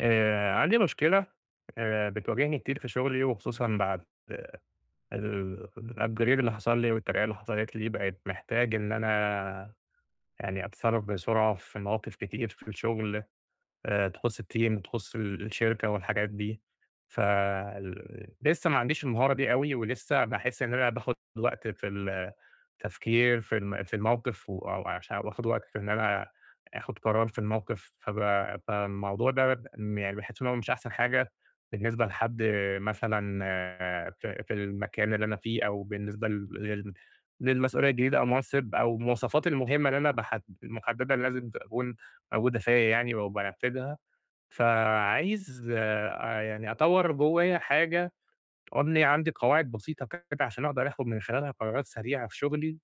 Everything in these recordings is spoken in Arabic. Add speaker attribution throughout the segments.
Speaker 1: عندي مشكلة بتواجهني كتير في شغلي، وخصوصًا بعد ال الupgrade اللي حصل لي والترقية اللي حصلت لي، بقيت محتاج إن أنا يعني أتصرّف بسرعة في مواقف كتير في الشغل. تخُص الteam تخُص الشركة والحاجات دي، لسه ما عنديش المهارة دي أوي، ولسه باحس إن أنا باخد وقت في التفكير في الموقف و أو عشان وآخد وقت في إن أنا آخد قرار في الموقف، فالموضوع ده يعني باحس إن هو مش أحسن حاجة بالنسبة لحد مثلًا آه، في المكان اللي أنا فيه أو بالنسبة لل لل للمسؤولية الجديدة أو منصب أو المواصفات المهمة اللي أنا باحد المحددة اللي لازم تكون موجودة فيّا يعني وبانفذها، فعايز يعني أطوّر جوّايا حاجة تقول لي عندي قواعد بسيطة كده عشان أقدر آخُد من خلالها قرارات سريعة في شُغلي،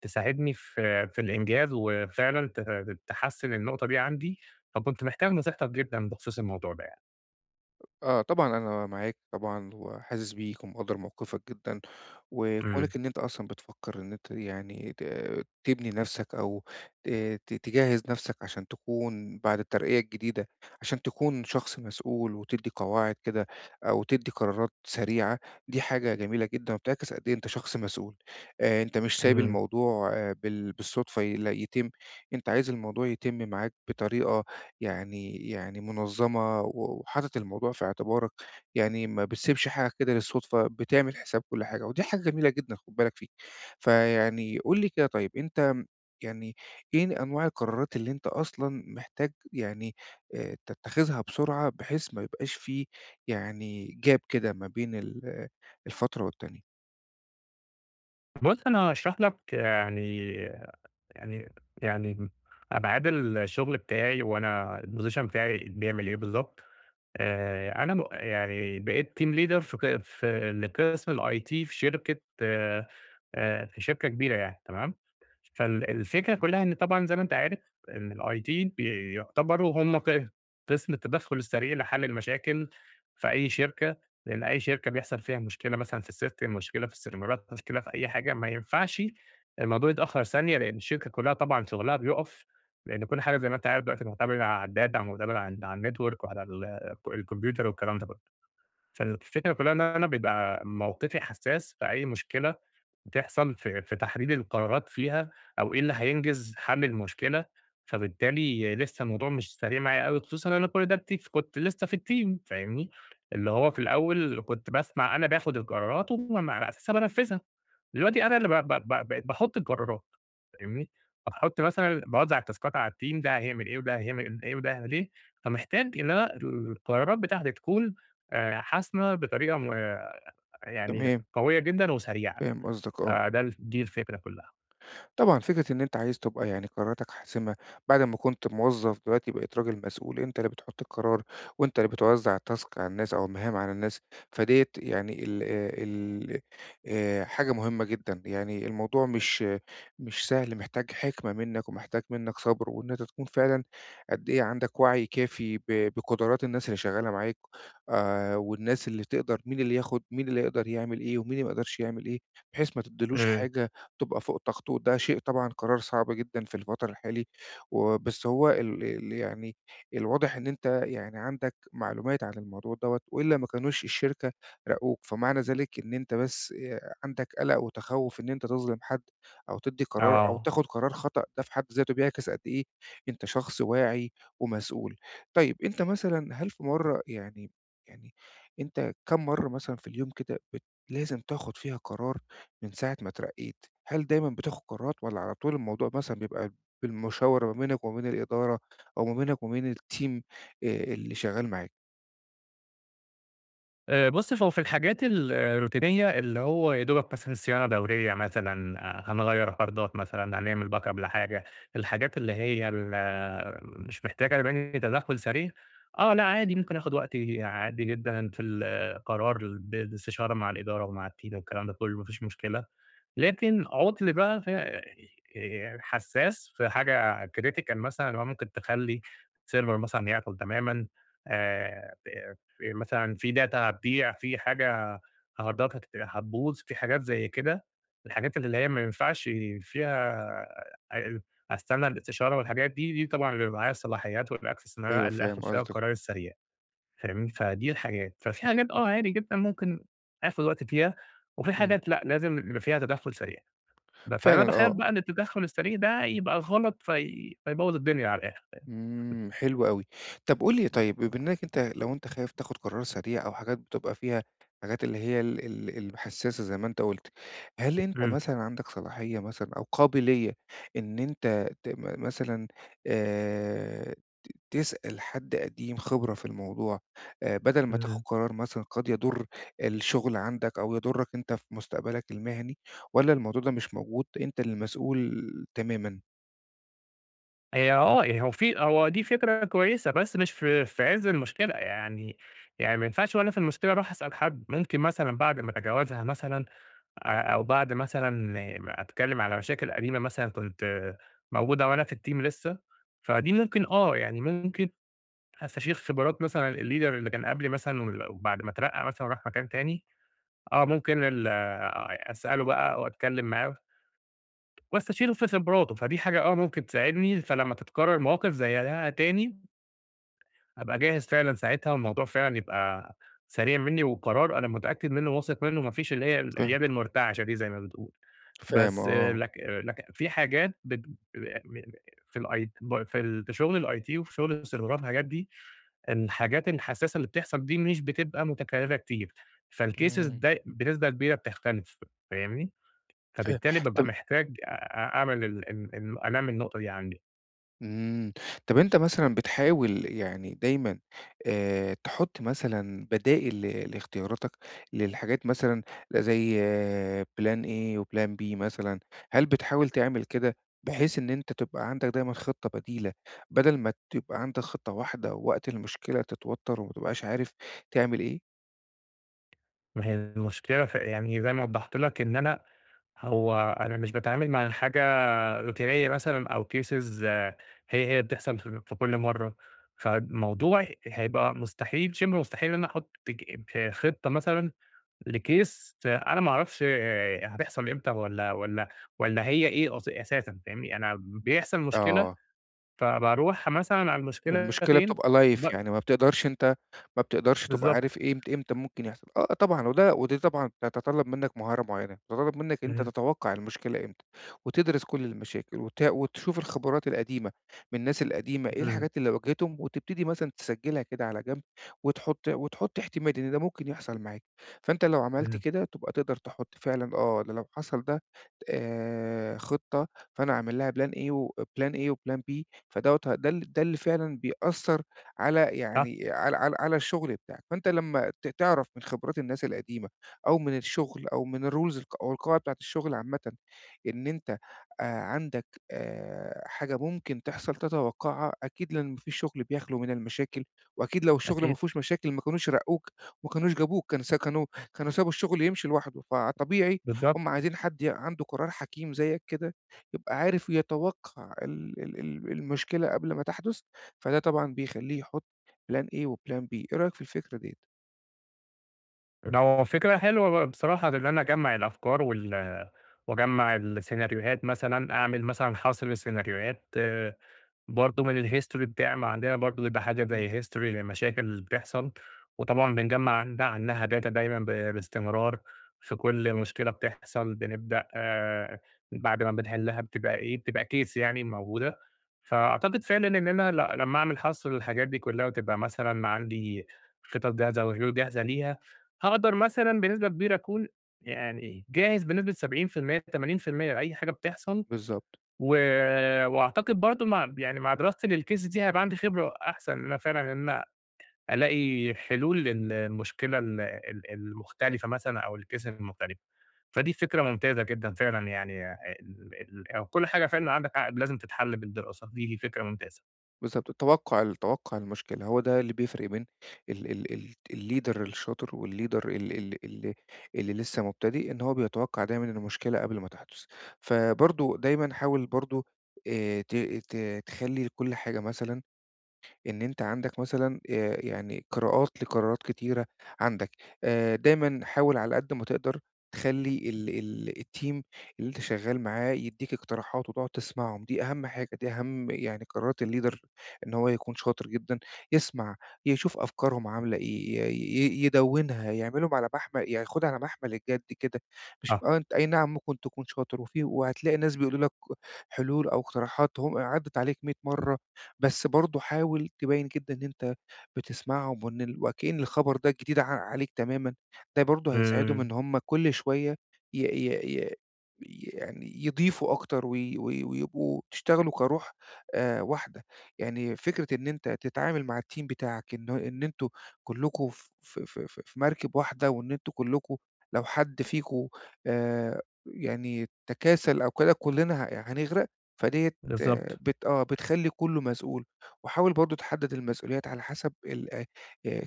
Speaker 1: تساعدني في الإنجاز وفعلًا تحسّن النقطة دي عندي، فكنت محتاج نصيحتك جدًا بخصوص الموضوع ده يعني.
Speaker 2: آه، طبعًا أنا معاك طبعًا وحاسس بيك ومقدّر موقفك جدًا،
Speaker 1: إمم،
Speaker 2: وكونك إن أنت أصلًا بتفكّر إن أنت يعني تبني نَفْسك أو ت ت تجهّز نَفْسك عشان تكون بعد الترقية الجديدة، عشان تكون شخص مسؤول وتدّي قواعد كده أو تدّي قرارات سريعة. دي حاجة جميلة جدًا وبتعكس قد إيه أنت شخص مسؤول. أنت مش سايب
Speaker 1: إمم.
Speaker 2: الموضوع بالصدفة لا يتم، أنت عايز الموضوع يتم معاك بطريقة يعني منظّمة وحاطط الموضوع في اعتبارك. يعني ما بتسيبش حاجة كده للصُدفة، بتعمل حساب كل حاجة، ودي حاجة جميلة جدًا، خُد بالك فيه. فيعني قُل لي كده، طيب أنت يعني إيه أنواع القرارات اللي أنت أصلًا محتاج يعني تتّخذها بسرعة بحيث ما يبقاش في يعني gap كده ما بين الفترة والتانية؟
Speaker 1: بُص، أنا هاشرح لك يعني يعني يعني أبعاد الشغل بتاعي وأنا الposition بتاعي بيعمل إيه بالضبط. أنا يعني بقيت team leader في لقسم الIT في شركة في شركة كبيرة يعني تمام، الفكرة كلّها إن طبعًا زي ما أنت عارف إن الIT بيعتبروا هم ق قسم التدخُّل السريع لحل المشاكل في أي شركة، لإن أي شركة بيحصل فيها مشكلة مثلًا في الsystem، مشكلة في السيرفرات، مشكلة في أي حاجة، ما ينفعش الموضوع يتأخّر ثانية لإن الشركة كلّها طبعًا شُغلها بيُقف، لإن كل حاجة زي ما أنت عارف دلوقتي مُعتمدة على الdata ومُعتمدة على الnetwork وعلى ال الكمبيوتر والكلام ده كله. فالفكرة كلها إن أنا بيبقى موقفي حساس في أي مشكلة بتحصل في تحديد القرارات فيها أو إيه اللي هينجز حل المشكلة، فبالتالي لسه الموضوع مش سريع معايا أوي، خصوصًا إن أنا كل ده كنت لسه في الteam فاهمني؟ اللي هو في الأول كنت باسمع أنا باخد القرارات وعلى أساسها بانفذها، دلوقتي أنا اللي ب ب ب بقيت باحط القرارات. فاهمني؟ فباحط مثلًا باوزّع التاسكات على الteam ده هيعمل إيه، وده هيعمل إيه، وده هيعمل إيه، فمحتاج إن أنا القرارات بتاعتي تكون حاسمة بطريقة م يعني
Speaker 2: تمام،
Speaker 1: قوية جدًا وسريعة،
Speaker 2: فاهم قصدك آه.
Speaker 1: فده ال دي الفكرة كلّها.
Speaker 2: طبعًا فكرة إن أنت عايز تبقى يعني قراراتك حاسمة، بعد ما كنت موظّف دلوقتي بقيت راجل مسؤول، أنت اللي بتحط القرار وأنت اللي بتوزّع الtask على الناس أو المهام على الناس، فديّة يعني ال ال حاجة مهمة جدًا. يعني الموضوع مش سهل، محتاج حِكمة منّك ومحتاج منّك صبر، وإن أنت تكون فعلًا قد إيه عندك وعي كافي بقدرات الناس اللي شغّالة معاك، والناس اللي تقدر مين اللي ياخُد، مين اللي يقدر يعمل إيه ومين اللي ما يقدرش يعمل إيه، بحيث ما تدّيلوش
Speaker 1: إمم.
Speaker 2: حاجة تبقى فوق طاقته. وده شيء طبعًا قرار صعب جدًا في الوتر الحالي، وبس هو ال ال يعني الواضح إن أنت يعني عندك معلومات عن الموضوع دوّة، وإلا ما كانوش الشركة راقوك، فمعنى ذلك إن أنت بس عندك قلق وتخوُّف إن أنت تظلم حد أو تدّي قرار أو
Speaker 1: آه.
Speaker 2: تاخد قرار خطأ، ده في حد ذاته بيعكس قد إيه أنت شخص واعي ومسؤول. طيب أنت مثلًا، هل في مرّة يعني يعني أنت كام مرّة مثلًا في اليوم كده لازم تاخد فيها قرار من ساعة ما اترقيت؟ هل دايمًا بتاخد قرارات، والّا على طول الموضوع مثلًا بيبقى بالمشاورة ما بينك وما بين الإدارة أو ما بينك وما بين الteam اللي شغال معاك؟
Speaker 1: بُص، هو في الحاجات ال الروتينية اللي هو يا دوبك مثلًا صيانة دورية مثلًا، آه، هنغيّر هاردات مثلًا، هنعمل backup لحاجة، الحاجات اللي هي ال آه، مش محتاجة مني تدخُّل سريع، آه، لأ عادي ممكن آخُد وقتي عادي جدًا في القرار باستشارة مع الإدارة ومع الteam والكلام ده كُلّه، ما فيش مشكلة. لكن عُطل بقى ف يعني حساس في حاجة critical مثلًا اللي هو ممكن تخلّي الserver مثلًا يعطل تمامًا ب في مثلًا في data هتضيع، في حاجة هاردات هت هتبوظ، في حاجات زي كده، الحاجات اللي هي ما ينفعش فيها أ أستنى الاستشارة والحاجات دي، دي طبعًا بيبقى معايا الصلاحيات والaccess إن أنا
Speaker 2: أيوه،
Speaker 1: اللي
Speaker 2: فاهم
Speaker 1: آخُد فيها
Speaker 2: قصدك،
Speaker 1: القرار السريع فاهمني، فدي الحاجات. ففي حاجات آه عادي جدًا ممكن آخُد وقت فيها، وفي
Speaker 2: إمم،
Speaker 1: حاجات لأ، لازم يبقى فيها تدخُّل سريع. فأنا
Speaker 2: فعلًا
Speaker 1: باخاف
Speaker 2: آه،
Speaker 1: بقى إن التدخُّل السريع ده يبقى غلط فيبوّظ الدنيا على الآخر يعني.
Speaker 2: إمم، حلو أوي. طب قُل لي طيب، بما إنك أنت لو أنت خايف تاخد قرار سريع أو حاجات بتبقى فيها حاجات اللي هي ال ال الحساسة زي ما أنت قُلت، هل أنت
Speaker 1: إمم،
Speaker 2: مثلًا عندك صلاحية مثلًا أو قابلية إن أنت ت م مثلًا، ت تسأل حد قديم خبرة في الموضوع، بدل ما تاخد
Speaker 1: إمم.
Speaker 2: قرار مثلًا قد يضُر الشغل عندك أو يضُرك أنت في مستقبلك المهني، والّا الموضوع ده مش موجود، أنت المسؤول تمامًا؟
Speaker 1: هي آه، يعني هو في هو دي فكرة كويسة بس مش في عِز المشكلة يعني يعني ما ينفعش وأنا في المشكلة أروح أسأل حد، ممكن مثلًا بعد ما أتجاوزها مثلًا أو بعد مثلًا ما أتكلّم على مشاكل قديمة مثلًا كنت موجودة وأنا في الteam لسه، فدي ممكن آه، يعني ممكن أستشير خبرات مثلًا الleader اللي كان قبلي مثلًا وبعد ما اترقّى مثلًا وراح مكان تاني آه، ممكن ال أسأله بقى أو أتكلّم معاه واستشيره في خبراته، فدي حاجة آه ممكن تساعدني، فلمّا تتكرر مواقف زي ده تاني، أبقى جاهز فعلًا ساعتها والموضوع فعلًا يبقى سريع منّي وقرار أنا متأكد منّه وواثق منّه، ما فيش اللي هي ال
Speaker 2: فاهم.
Speaker 1: اليد المرتعشة دي زي ما بتقول.
Speaker 2: فاهم
Speaker 1: بس آه،
Speaker 2: آه.
Speaker 1: لك في حاجات في الأي ب في ال في شغل الIT وفي شغل السيرفرات والحاجات دي، الحاجات الحساسة اللي بتحصل دي مش بتبقى متكررة كتير، فالcases
Speaker 2: إمم.
Speaker 1: ده بنسبة كبيرة بتختلف، فاهمني؟
Speaker 2: فاهم.
Speaker 1: فبالتالي بابقى
Speaker 2: طب،
Speaker 1: محتاج أ أعمل ال ال ال أنمّي النقطة دي عندي،
Speaker 2: إمم. طب أنت مثلًا بتحاول يعني دايمًا تحُط مثلًا بدائل لاختياراتك للحاجات مثلًا، لا زي plan A وplan B مثلًا، هل بتحاول تعمل كده بحيث إن أنت تبقى عندك دايمًا خطة بديلة، بدل ما تبقى عندك خطة واحدة ووقت المشكلة تتوتّر وما تبقاش عارف تعمل إيه؟
Speaker 1: ما هي المشكلة يعني زي ما وضّحت لك إن أنا هو أنا مش باتعامل مع حاجة روتينية مثلًا أو cases هي، هي بتحصل في كل مرّة، فالموضوع هيبقى مستحيل، شبه مستحيل إن أنا أحُط ج ف خطة مثلًا لcase أنا ما أعرفش آه، هتحصل إمتى والّا هي إيه أساسًا فاهمني؟ أنا بيحصل مشكلة،
Speaker 2: آه.
Speaker 1: فباروح مثلًا على المشكلة
Speaker 2: المشكلة
Speaker 1: فين
Speaker 2: بتبقى live،
Speaker 1: وب
Speaker 2: يعني ما بتقدرش تبقى
Speaker 1: بالضبط.
Speaker 2: عارف إمت إمتى امتى ممكن يحصل. آه طبعًا، ودي طبعًا بتتطلب منّك مهارة معيّنة، بتتطلب منّك إن أنت
Speaker 1: إمم،
Speaker 2: تتوقع المشكلة إمتى، وتدرس كل المشاكل وتشوف الخبرات القديمة من الناس القديمة، إيه
Speaker 1: إمم،
Speaker 2: الحاجات اللي واجهتهم، وتبتدي مثلًا تسجلها كده على جنب، وتحط احتمال إن ده ممكن يحصل معاك. فأنت لو عملت
Speaker 1: إمم،
Speaker 2: كده تبقى تقدر تحط فعلًا، آه، ده لو حصل ده خطة، فأنا أعمل لها plan A وplan B. فدوّة ه ده ال ده اللي فعلًا بيأثّر على
Speaker 1: صح،
Speaker 2: يعني على الشغل بتاعك. فأنت لمّا تعرف من خبرات الناس القديمة أو من الشغل أو من الrules أو القواعد بتاعة الشغل عامةً إن أنت عندك حاجة ممكن تحصل تتوقّعها، أكيد، لإن ما فيش شغل بيخلو من المشاكل، وأكيد لو الشغل ما
Speaker 1: أكيد،
Speaker 2: فيهوش مشاكل ما كانوش رقّوك وما كانوش جابوك، كان س كانوا كانوا سابوا الشغل يمشي لوحده، فطبيعي
Speaker 1: بالضبط.
Speaker 2: هم عايزين حد عنده قرار حكيم زيّك كده، يبقى عارف يتوقّع ال ال ال المشكلة قبل ما تحدث، فده طبعًا بيخلّيه يحُط plan A وplan B. إيه رأيك في الفكرة ديّة؟
Speaker 1: ده هو فكرة حلوة بصراحة إن أنا أجمّع الأفكار وأجمّع السيناريوهات مثلًا، أعمل مثلًا حصر سيناريوهات برضه من الهيستوري بتاع ما عندنا برضه بيبقى حاجة
Speaker 2: إمم.
Speaker 1: زي هيستوري للمشاكل اللي بتحصل، وطبعًا بنجمّع عنها data دايمًا باستمرار، في كل مشكلة بتحصل بنبدأ بعد ما بنحلها بتبقى إيه، بتبقى case يعني موجودة، فأعتقد فعلًا إن أنا لمّا أعمل حصر للحاجات دي كلها وتبقى مثلًا عندي خطط جاهزة وحلول جاهزة ليها، هاقدر مثلًا بنسبة كبيرة أكون يعني جاهز بنسبة 70% 80% لأي حاجة بتحصل،
Speaker 2: بالضبط،
Speaker 1: و وأعتقد برضه مع يعني مع دراستي للcase دي هيبقى عندي خبرة أحسن إن أنا فعلًا إن أنا ألاقي حلول للمشكلة ال ال المختلفة مثلًا أو الcase المختلف، فدي فكرة ممتازة جدًا فعلًا يعني آه، ال ال أو كل حاجة فعلًا عندك حق لازم تتحل بالدراسة، دي فكرة ممتازة.
Speaker 2: بالضبط، التوقّع ال توقّع المشكلة هو ده اللي بيفرق بين ال ال ال الleader الشاطر والleader ال ال ال اللي لسه مبتدئ، إن هو بيتوقّع دايمًا المشكلة قبل ما تحدث. فبرضه دايمًا حاول برضه ت ت تخلّي كل حاجة مثلًا، إن أنت عندك مثلًا يعني قراءات لقرارات كتيرة عندك، دايمًا حاول على قد ما تقدر تخلّي ال ال الteam اللي أنت شغّال معاه يدّيك اقتراحات وتقعد تسمعهم. دي أهم حاجة، دي أهم يعني قرارات الleader، إن هو يكون شاطر جدًا، يسمع، يشوف أفكارهم عاملة إيه، ي ي يدوّنها، يعملهم على محمل ياخدها على محمل الجد كده، مش
Speaker 1: آه،
Speaker 2: أنت أي نعم ممكن تكون شاطر وهتلاقي ناس بيقولوا لك حلول أو اقتراحات هم عدّت عليك 100 مرّة، بس برضه حاول تبيّن جدًا إن أنت بتسمعهم، وإن ال وكأن الخبر ده جديد عليك تمامًا. ده برضه هيساعدهم
Speaker 1: إمم،
Speaker 2: إن هم كل شوية ي ي ي يعني يضيفوا أكتر وي وي ويبقوا تشتغلوا كروح واحدة. يعني فكرة إن أنت تتعامل مع الteam بتاعك إن أنتم كلكم ف ف ف ف في مركب واحدة، وإن أنتم كلكم لو حد فيكم آآ يعني تكاسل أو كده كلنا هنغرق، فديّة
Speaker 1: بالضبط،
Speaker 2: بت آه، بتخلّي كُلّه مسؤول. وحاول برضه تحدّد المسؤوليات على حسب ال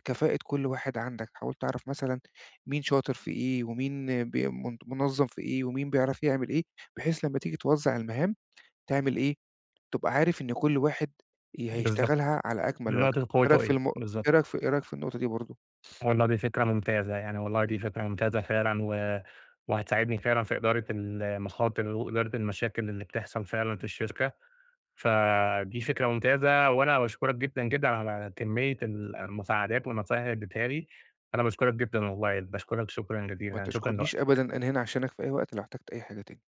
Speaker 2: كفاءة كل واحد عندك، حاول تعرف مثلًا مين شاطر في إيه، ومين من منظّم في إيه، ومين بيعرف يعمل إيه، بحيث لمّا تيجي توزّع المهام تعمل إيه، تبقى عارف إن كل واحد
Speaker 1: بالضبط،
Speaker 2: هيشتغلها على أكمل وجه.
Speaker 1: نقطة
Speaker 2: إيه رأيك
Speaker 1: قوته
Speaker 2: في
Speaker 1: إيه،
Speaker 2: الم
Speaker 1: بالضبط.
Speaker 2: إيه رأيك في إيه رأيك في النقطة دي برضه؟
Speaker 1: والله دي فكرة ممتازة، يعني والله دي
Speaker 2: إمم،
Speaker 1: فكرة ممتازة فعلًا وهتساعدني فعلًا في إدارة المخاطر وإدارة المشاكل اللي بتحصل فعلًا في
Speaker 2: إمم.
Speaker 1: الشركة. فدي فكرة ممتازة، وأنا باشكرك جدًا، جدًا على كمية المساعدات والنصايح اللي اديتها لي، أنا باشكرك جدًا والله، باشكرك شكرًا
Speaker 2: ما
Speaker 1: جزيلًا، شكرًا
Speaker 2: تشكُرنيش
Speaker 1: لوقتك.
Speaker 2: أبدًا، أنا هنا عشانك في أي وقت لو احتجت أي حاجة تاني.